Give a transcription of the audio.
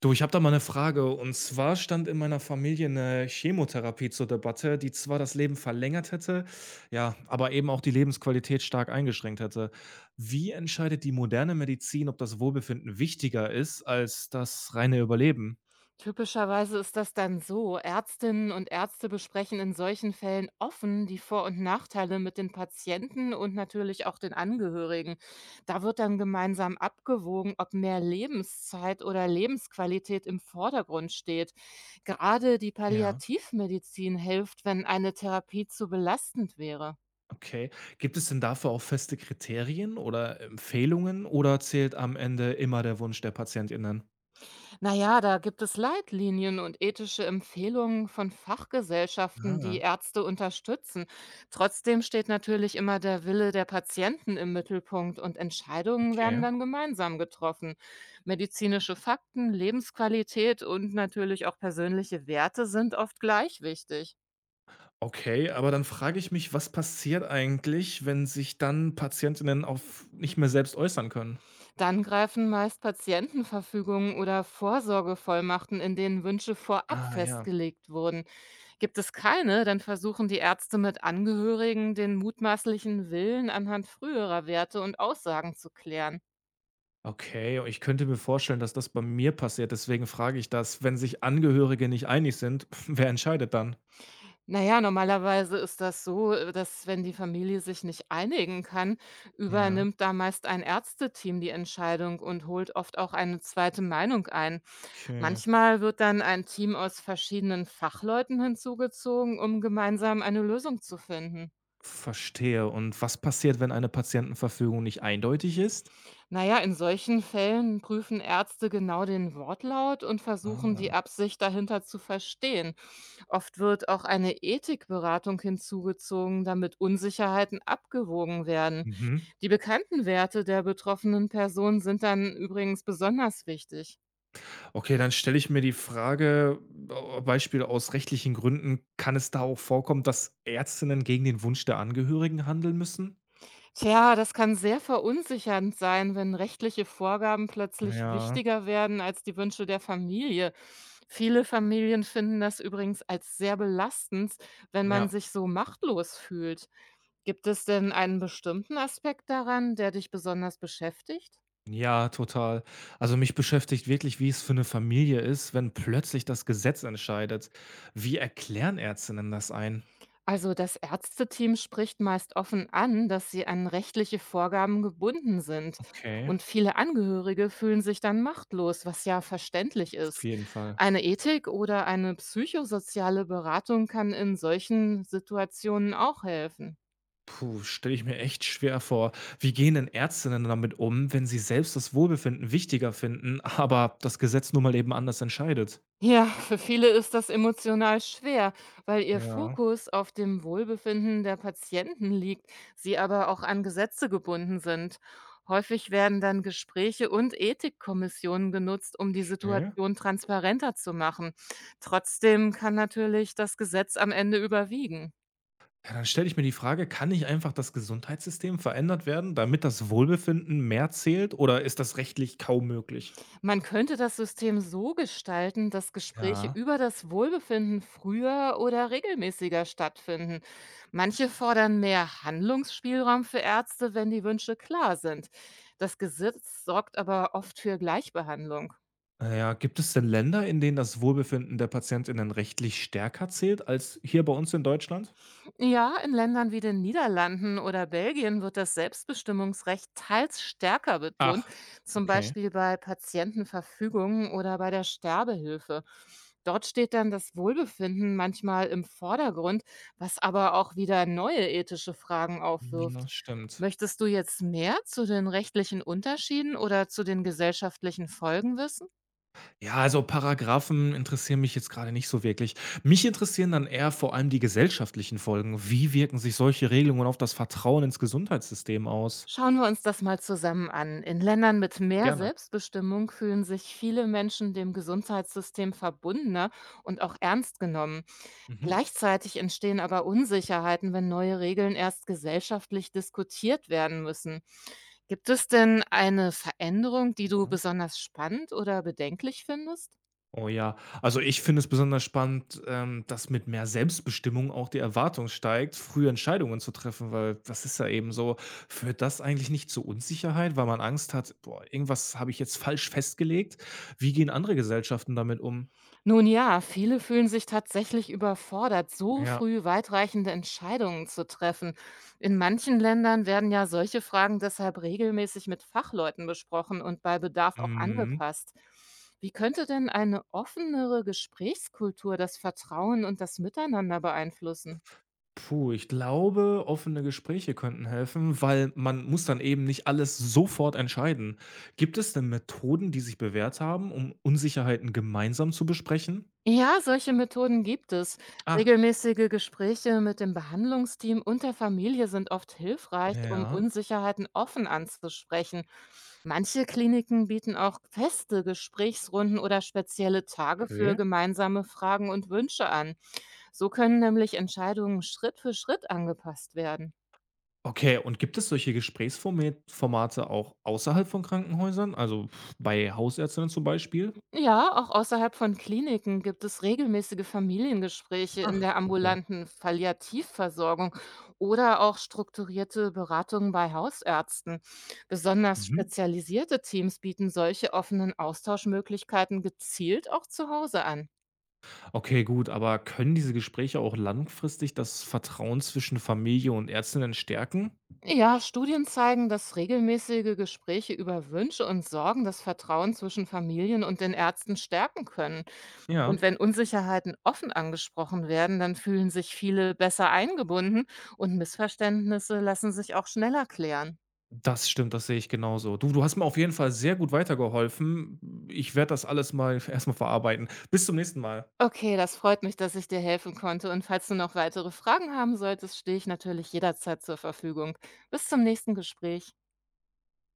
Du, ich habe da mal eine Frage. Und zwar stand in meiner Familie eine Chemotherapie zur Debatte, die zwar das Leben verlängert hätte, ja, aber eben auch die Lebensqualität stark eingeschränkt hätte. Wie entscheidet die moderne Medizin, ob das Wohlbefinden wichtiger ist als das reine Überleben? Typischerweise ist das dann so, Ärztinnen und Ärzte besprechen in solchen Fällen offen die Vor- und Nachteile mit den Patienten und natürlich auch den Angehörigen. Da wird dann gemeinsam abgewogen, ob mehr Lebenszeit oder Lebensqualität im Vordergrund steht. Gerade die Ja, Palliativmedizin hilft, wenn eine Therapie zu belastend wäre. okay. Gibt es denn dafür auch feste Kriterien oder Empfehlungen oder zählt am Ende immer der Wunsch der PatientInnen? Na ja, da gibt es Leitlinien und ethische Empfehlungen von Fachgesellschaften, die Ah, Ärzte unterstützen. Trotzdem steht natürlich immer der Wille der Patienten im Mittelpunkt und Entscheidungen werden okay. dann gemeinsam getroffen. Medizinische Fakten, Lebensqualität und natürlich auch persönliche Werte sind oft gleich wichtig. Okay, aber dann frage ich mich, was passiert eigentlich, wenn sich dann Patientinnen auf nicht mehr selbst äußern können? Dann greifen meist Patientenverfügungen oder Vorsorgevollmachten, in denen Wünsche vorab Ah ja, festgelegt wurden. Gibt es keine, dann versuchen die Ärzte mit Angehörigen den mutmaßlichen Willen anhand früherer Werte und Aussagen zu klären. okay. Ich könnte mir vorstellen, dass das bei mir passiert. Deswegen frage ich das, wenn sich Angehörige nicht einig sind, wer entscheidet dann? Naja, normalerweise ist das so, dass wenn die Familie sich nicht einigen kann, Ja, übernimmt da meist ein Ärzteteam die Entscheidung und holt oft auch eine zweite Meinung ein. okay. Manchmal wird dann ein Team aus verschiedenen Fachleuten hinzugezogen, um gemeinsam eine Lösung zu finden. Verstehe. Und was passiert, wenn eine Patientenverfügung nicht eindeutig ist? Na ja, in solchen Fällen prüfen Ärzte genau den Wortlaut und versuchen Ah. die Absicht dahinter zu verstehen. Oft wird auch eine Ethikberatung hinzugezogen, damit Unsicherheiten abgewogen werden. Mhm. Die bekannten Werte der betroffenen Person sind dann übrigens besonders wichtig. Okay, dann stelle ich mir die Frage, Beispiel aus rechtlichen Gründen, kann es da auch vorkommen, dass Ärztinnen gegen den Wunsch der Angehörigen handeln müssen? Tja, das kann sehr verunsichernd sein, wenn rechtliche Vorgaben plötzlich Ja, wichtiger werden als die Wünsche der Familie. Viele Familien finden das übrigens als sehr belastend, wenn man ja. sich so machtlos fühlt. Gibt es denn einen bestimmten Aspekt daran, der dich besonders beschäftigt? Ja, total. Also mich beschäftigt wirklich, wie es für eine Familie ist, wenn plötzlich das Gesetz entscheidet. Wie erklären Ärztinnen das ein? Also das Ärzteteam spricht meist offen an, dass sie an rechtliche Vorgaben gebunden sind. Okay, Und viele Angehörige fühlen sich dann machtlos, was ja verständlich auf ist. jeden Fall. Eine Ethik oder eine psychosoziale Beratung kann in solchen Situationen auch helfen. Puh, stelle ich mir echt schwer vor. Wie gehen denn Ärztinnen damit um, wenn sie selbst das Wohlbefinden wichtiger finden, aber das Gesetz nun mal eben anders entscheidet? Ja, für viele ist das emotional schwer, weil ihr Ja. Fokus auf dem Wohlbefinden der Patienten liegt, sie aber auch an Gesetze gebunden sind. Häufig werden dann Gespräche und Ethikkommissionen genutzt, um die Mhm. Situation transparenter zu machen. Trotzdem kann natürlich das Gesetz am Ende überwiegen. Ja, dann stelle ich mir die Frage, kann nicht einfach das Gesundheitssystem verändert werden, damit das Wohlbefinden mehr zählt oder ist das rechtlich kaum möglich? Man könnte das System so gestalten, dass Gespräche Ja. über das Wohlbefinden früher oder regelmäßiger stattfinden. Manche fordern mehr Handlungsspielraum für Ärzte, wenn die Wünsche klar sind. Das Gesetz sorgt aber oft für Gleichbehandlung. Ja, gibt es denn Länder, in denen das Wohlbefinden der PatientInnen rechtlich stärker zählt als hier bei uns in Deutschland? Ja, in Ländern wie den Niederlanden oder Belgien wird das Selbstbestimmungsrecht teils stärker betont, Ach, zum okay. Beispiel bei Patientenverfügungen oder bei der Sterbehilfe. Dort steht dann das Wohlbefinden manchmal im Vordergrund, was aber auch wieder neue ethische Fragen Hm, aufwirft. das stimmt. Möchtest du jetzt mehr zu den rechtlichen Unterschieden oder zu den gesellschaftlichen Folgen wissen? Ja, also Paragraphen interessieren mich jetzt gerade nicht so wirklich. Mich interessieren dann eher vor allem die gesellschaftlichen Folgen. Wie wirken sich solche Regelungen auf das Vertrauen ins Gesundheitssystem aus? Schauen wir uns das mal zusammen an. In Ländern mit mehr Gerne. Selbstbestimmung fühlen sich viele Menschen dem Gesundheitssystem verbundener und auch ernst genommen. Mhm. Gleichzeitig entstehen aber Unsicherheiten, wenn neue Regeln erst gesellschaftlich diskutiert werden müssen. Gibt es denn eine Veränderung, die du besonders spannend oder bedenklich findest? Oh ja, also ich finde es besonders spannend, dass mit mehr Selbstbestimmung auch die Erwartung steigt, frühe Entscheidungen zu treffen, weil das ist ja eben so. Führt das eigentlich nicht zu Unsicherheit, weil man Angst hat, boah, irgendwas habe ich jetzt falsch festgelegt? Wie gehen andere Gesellschaften damit um? Nun ja, viele fühlen sich tatsächlich überfordert, so Ja. früh weitreichende Entscheidungen zu treffen. In manchen Ländern werden ja solche Fragen deshalb regelmäßig mit Fachleuten besprochen und bei Bedarf auch Mhm. angepasst. Wie könnte denn eine offenere Gesprächskultur das Vertrauen und das Miteinander beeinflussen? Puh, ich glaube, offene Gespräche könnten helfen, weil man muss dann eben nicht alles sofort entscheiden. Gibt es denn Methoden, die sich bewährt haben, um Unsicherheiten gemeinsam zu besprechen? Ja, solche Methoden gibt es. Ah, Regelmäßige Gespräche mit dem Behandlungsteam und der Familie sind oft hilfreich, um ja, Unsicherheiten offen anzusprechen. Manche Kliniken bieten auch feste Gesprächsrunden oder spezielle Tage okay. für gemeinsame Fragen und Wünsche an. So können nämlich Entscheidungen Schritt für Schritt angepasst werden. Okay, und gibt es solche Gesprächsformate Formate auch außerhalb von Krankenhäusern, also bei Hausärztinnen zum Beispiel? Ja, auch außerhalb von Kliniken gibt es regelmäßige Familiengespräche in Ach, der okay. ambulanten Palliativversorgung oder auch strukturierte Beratungen bei Hausärzten. Besonders Mhm. spezialisierte Teams bieten solche offenen Austauschmöglichkeiten gezielt auch zu Hause an. Okay, gut, aber können diese Gespräche auch langfristig das Vertrauen zwischen Familie und Ärztinnen stärken? Ja, Studien zeigen, dass regelmäßige Gespräche über Wünsche und Sorgen das Vertrauen zwischen Familien und den Ärzten stärken können. Und Ja. wenn Unsicherheiten offen angesprochen werden, dann fühlen sich viele besser eingebunden und Missverständnisse lassen sich auch schneller klären. Das stimmt, das sehe ich genauso. Du hast mir auf jeden Fall sehr gut weitergeholfen. Ich werde das alles mal erstmal verarbeiten. Bis zum nächsten Mal. Okay, das freut mich, dass ich dir helfen konnte. Und falls du noch weitere Fragen haben solltest, stehe ich natürlich jederzeit zur Verfügung. Bis zum nächsten Gespräch.